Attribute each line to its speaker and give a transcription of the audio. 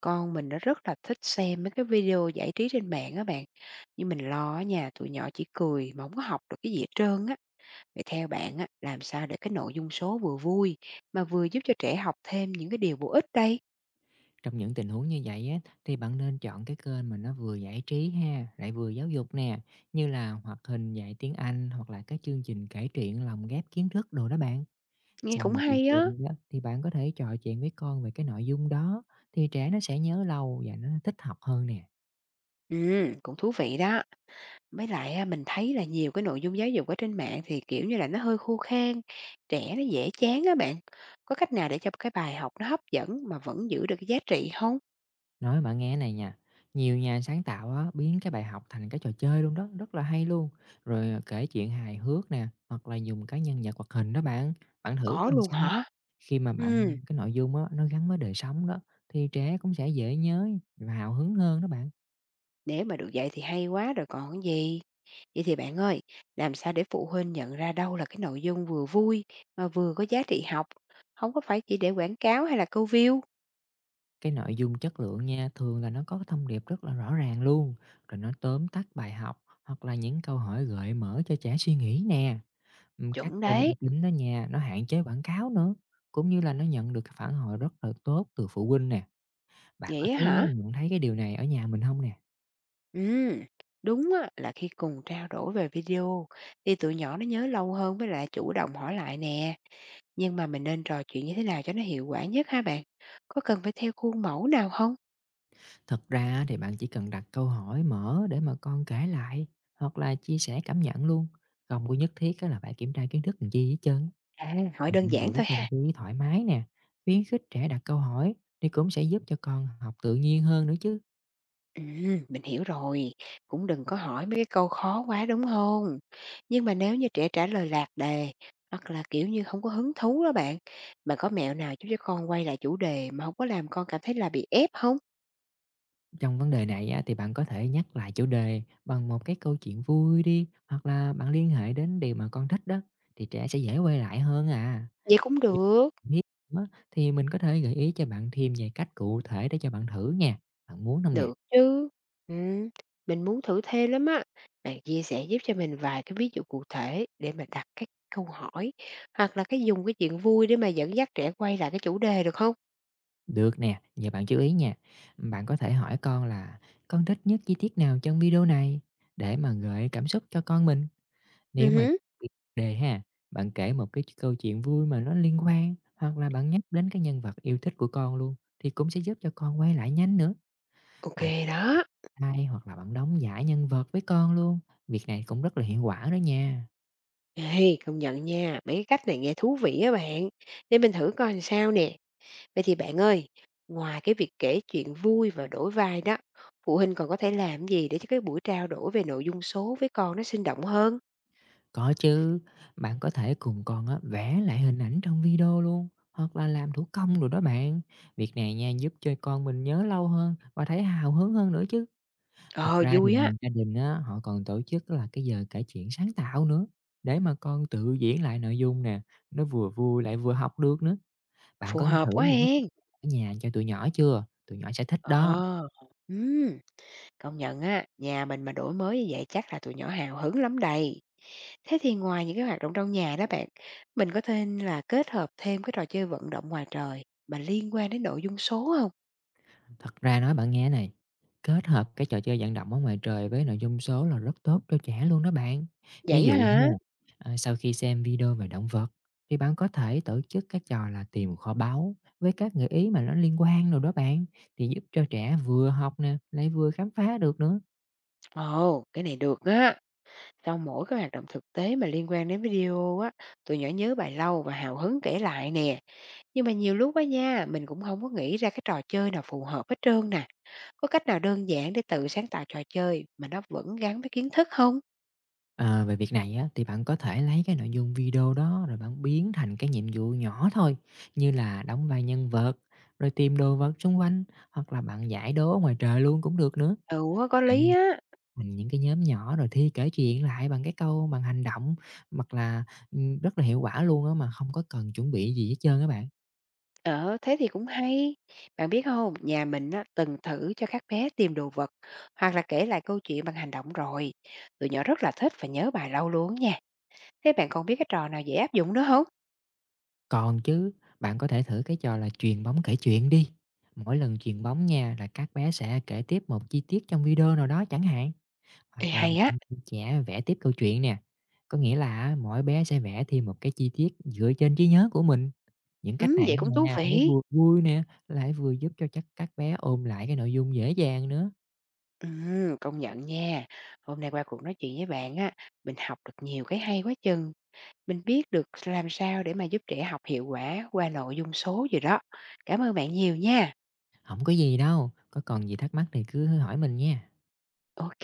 Speaker 1: Con mình nó rất là thích xem mấy cái video giải trí trên mạng á bạn. Nhưng mình lo á nha, tụi nhỏ chỉ cười mà không có học được cái gì hết trơn á. Vậy theo bạn á, làm sao để cái nội dung số vừa vui mà vừa giúp cho trẻ học thêm những cái điều bổ ích đây?
Speaker 2: Trong những tình huống như vậy á, thì bạn nên chọn cái kênh mà nó vừa giải trí ha, lại vừa giáo dục nè, như là hoạt hình dạy tiếng Anh hoặc là các chương trình kể chuyện lồng ghép kiến thức đồ đó bạn.
Speaker 1: Nghe
Speaker 2: Sau
Speaker 1: cũng
Speaker 2: mà khi
Speaker 1: hay á.
Speaker 2: xem đó, thì bạn có thể trò chuyện với con về cái nội dung đó, thì trẻ nó sẽ nhớ lâu và nó thích học hơn nè.
Speaker 1: Ừ, cũng thú vị đó. Với lại á, mình thấy là nhiều cái nội dung giáo dục ở trên mạng thì kiểu như là nó hơi khô khan, trẻ nó dễ chán á bạn. Có cách nào để cho cái bài học nó hấp dẫn mà vẫn giữ được cái giá trị không?
Speaker 2: Nói bạn nghe này nha, nhiều nhà sáng tạo á, biến cái bài học thành cái trò chơi luôn đó, rất là hay luôn. Rồi à, kể chuyện hài hước nè, hoặc là dùng cá nhân vật hoạt hình đó bạn, bạn thử
Speaker 1: Có
Speaker 2: coi làm
Speaker 1: luôn
Speaker 2: sao.
Speaker 1: hả?
Speaker 2: Khi mà
Speaker 1: Ừ.
Speaker 2: bạn cái nội dung á, nó gắn với đời sống đó, thì trẻ cũng sẽ dễ nhớ và hào hứng hơn đó bạn.
Speaker 1: Nếu mà được vậy thì hay quá rồi còn gì. Vậy thì bạn ơi, làm sao để phụ huynh nhận ra đâu là cái nội dung vừa vui mà vừa có giá trị học, không có phải chỉ để quảng cáo hay là câu view.
Speaker 2: Cái nội dung chất lượng nha, thường là nó có cái thông điệp rất là rõ ràng luôn, rồi nó tóm tắt bài học hoặc là những câu hỏi gợi mở cho trẻ suy nghĩ nè. Các
Speaker 1: Chuẩn
Speaker 2: kênh uy
Speaker 1: đấy,
Speaker 2: tín đó nha, nó hạn chế quảng cáo nữa, cũng như là nó nhận được cái phản hồi rất là tốt từ phụ huynh nè. Bạn có
Speaker 1: vậy á
Speaker 2: thấy
Speaker 1: hả?
Speaker 2: nhận thấy cái điều này ở nhà mình không nè?
Speaker 1: Ừ, đúng á, là khi cùng trao đổi về video thì tụi nhỏ nó nhớ lâu hơn với lại chủ động hỏi lại nè. Nhưng mà mình nên trò chuyện như thế nào cho nó hiệu quả nhất ha bạn? Có cần phải theo khuôn mẫu nào không?
Speaker 2: Thật ra á thì bạn chỉ cần đặt câu hỏi mở để mà con kể lại, hoặc là chia sẻ cảm nhận luôn, không có nhất thiết á là phải kiểm tra kiến thức làm chi hết trơn.
Speaker 1: À, hỏi đơn
Speaker 2: Mình
Speaker 1: giản
Speaker 2: giữ
Speaker 1: thôi
Speaker 2: không
Speaker 1: ha.
Speaker 2: khí thoải mái nè, khuyến khích trẻ đặt câu hỏi thì cũng sẽ giúp cho con học tự nhiên hơn nữa chứ.
Speaker 1: Mình hiểu rồi, cũng đừng có hỏi mấy cái câu khó quá, đúng không? Nhưng mà nếu như trẻ trả lời lạc đề hoặc là, kiểu như, không có hứng thú đó bạn, bạn có mẹo nào giúp cho con quay lại chủ đề mà không có làm con cảm thấy là bị ép không?
Speaker 2: Trong vấn đề này á, thì bạn có thể nhắc lại chủ đề bằng một cái câu chuyện vui đi, hoặc là bạn liên hệ đến điều mà con thích đó, thì trẻ sẽ dễ quay lại hơn à.
Speaker 1: Vậy cũng
Speaker 2: Nếu
Speaker 1: được,
Speaker 2: biết á, thì mình có thể gợi ý cho bạn thêm vài cách cụ thể để cho bạn thử nha. Bạn muốn không nè?
Speaker 1: được chứ. Ừm, mình muốn thử thêm lắm á, bạn chia sẻ giúp cho mình vài cái ví dụ cụ thể để mà đặt các câu hỏi hoặc là cái dùng cái chuyện vui để mà dẫn dắt trẻ quay lại cái chủ đề được không?
Speaker 2: Được nè, giờ bạn chú ý nha. Bạn có thể hỏi con là con thích nhất chi tiết nào trong video này để mà gợi cảm xúc cho con mình. Nếu mà
Speaker 1: Hứm,
Speaker 2: cái chủ đề ha, bạn kể một cái câu chuyện vui mà nó liên quan, hoặc là bạn nhắc đến cái nhân vật yêu thích của con luôn, thì cũng sẽ giúp cho con quay lại nhanh nữa.
Speaker 1: ô
Speaker 2: Bạn
Speaker 1: đó.
Speaker 2: hay hoặc là bạn đóng giả nhân vật với con luôn, việc này cũng rất là hiệu quả đó nha.
Speaker 1: Ê, công nhận nha, mấy cái cách này nghe thú vị á bạn. Để mình thử coi làm sao nè. Vậy thì bạn ơi, ngoài cái việc kể chuyện vui và đổi vai đó, phụ huynh còn có thể làm gì để cho cái buổi trao đổi về nội dung số với con nó sinh động hơn?
Speaker 2: Có chứ, bạn có thể cùng con á vẽ lại hình ảnh trong video luôn, hoặc là làm thủ công rồi đó bạn. Việc này nha, giúp cho con mình nhớ lâu hơn và thấy hào hứng hơn nữa chứ. Thật
Speaker 1: Ờ,
Speaker 2: ra thì
Speaker 1: vui á,
Speaker 2: nhiều gia đình á, họ còn tổ chức là cái giờ kể chuyện sáng tạo nữa, để mà con tự diễn lại nội dung nè, nó vừa vui lại vừa học được nữa. Bạn
Speaker 1: phù
Speaker 2: có
Speaker 1: hợp
Speaker 2: thử
Speaker 1: quá
Speaker 2: những cái cách
Speaker 1: hen.
Speaker 2: ở nhà cho tụi nhỏ chưa? Tụi nhỏ sẽ thích đó.
Speaker 1: Ờ, ừm, công nhận á, nhà mình mà đổi mới như vậy chắc là tụi nhỏ hào hứng lắm đây. Thế thì ngoài những cái hoạt động trong nhà đó bạn, mình có nên là kết hợp thêm cái trò chơi vận động ngoài trời mà liên quan đến nội dung số không?
Speaker 2: Thật ra nói bạn nghe này, kết hợp cái trò chơi vận động ở ngoài trời với nội dung số là rất tốt cho trẻ luôn đó bạn. Ví
Speaker 1: Vậy á
Speaker 2: dụ
Speaker 1: hả?
Speaker 2: như à, sau khi xem video về động vật thì bạn có thể tổ chức các trò là tìm kho báu với các gợi ý mà nó liên quan rồi đó bạn, thì giúp cho trẻ vừa học nè lại vừa khám phá được nữa.
Speaker 1: Ồ, cái này được á. Sau mỗi cái hoạt động thực tế mà liên quan đến video á, tụi nhỏ nhớ bài lâu và hào hứng kể lại nè. Nhưng mà nhiều lúc á nha, mình cũng không có nghĩ ra cái trò chơi nào phù hợp hết trơn nè. Có cách nào đơn giản để tự sáng tạo trò chơi mà nó vẫn gắn với kiến thức không?
Speaker 2: À, về việc này á, thì bạn có thể lấy cái nội dung video đó rồi bạn biến thành cái nhiệm vụ nhỏ thôi, như là đóng vai nhân vật, rồi tìm đồ vật xung quanh, hoặc là bạn giải đố ở ngoài trời luôn cũng được nữa.
Speaker 1: Ừ, có lý
Speaker 2: Bạn
Speaker 1: á.
Speaker 2: thành những cái nhóm nhỏ rồi thi kể chuyện lại bằng cái câu, bằng hành động, hoặc là, rất là hiệu quả luôn á, mà không có cần chuẩn bị gì hết trơn các bạn.
Speaker 1: Ờ, thế thì cũng hay. Bạn biết không, nhà mình á, từng thử cho các bé tìm đồ vật hoặc là kể lại câu chuyện bằng hành động rồi. Tụi nhỏ rất là thích và nhớ bài lâu luôn nha. Thế bạn còn biết cái trò nào dễ áp dụng nữa không?
Speaker 2: Còn chứ, bạn có thể thử cái trò là chuyền bóng kể chuyện đi, mỗi lần chuyền bóng nha là các bé sẽ kể tiếp một chi tiết trong video nào đó chẳng hạn,
Speaker 1: Ê,
Speaker 2: hoặc là
Speaker 1: hay á!
Speaker 2: bạn trẻ vẽ tiếp câu chuyện nè. Có nghĩa là á, mỗi bé sẽ vẽ thêm một cái chi tiết dựa trên trí nhớ của mình. Những cách này
Speaker 1: Vậy
Speaker 2: á
Speaker 1: cũng thú
Speaker 2: nha, nó
Speaker 1: vị.
Speaker 2: vừa vui nè, lại vừa giúp cho chắc các bé ôm lại cái nội dung dễ dàng nữa.
Speaker 1: Công nhận nha. Hôm nay qua cuộc nói chuyện với bạn á, mình học được nhiều cái hay quá chừng. Mình biết được làm sao để mà giúp trẻ học hiệu quả qua nội dung số gì đó. Cảm ơn bạn nhiều nha.
Speaker 2: Không có gì đâu, có còn gì thắc mắc thì cứ hỏi mình nha.
Speaker 1: Ok.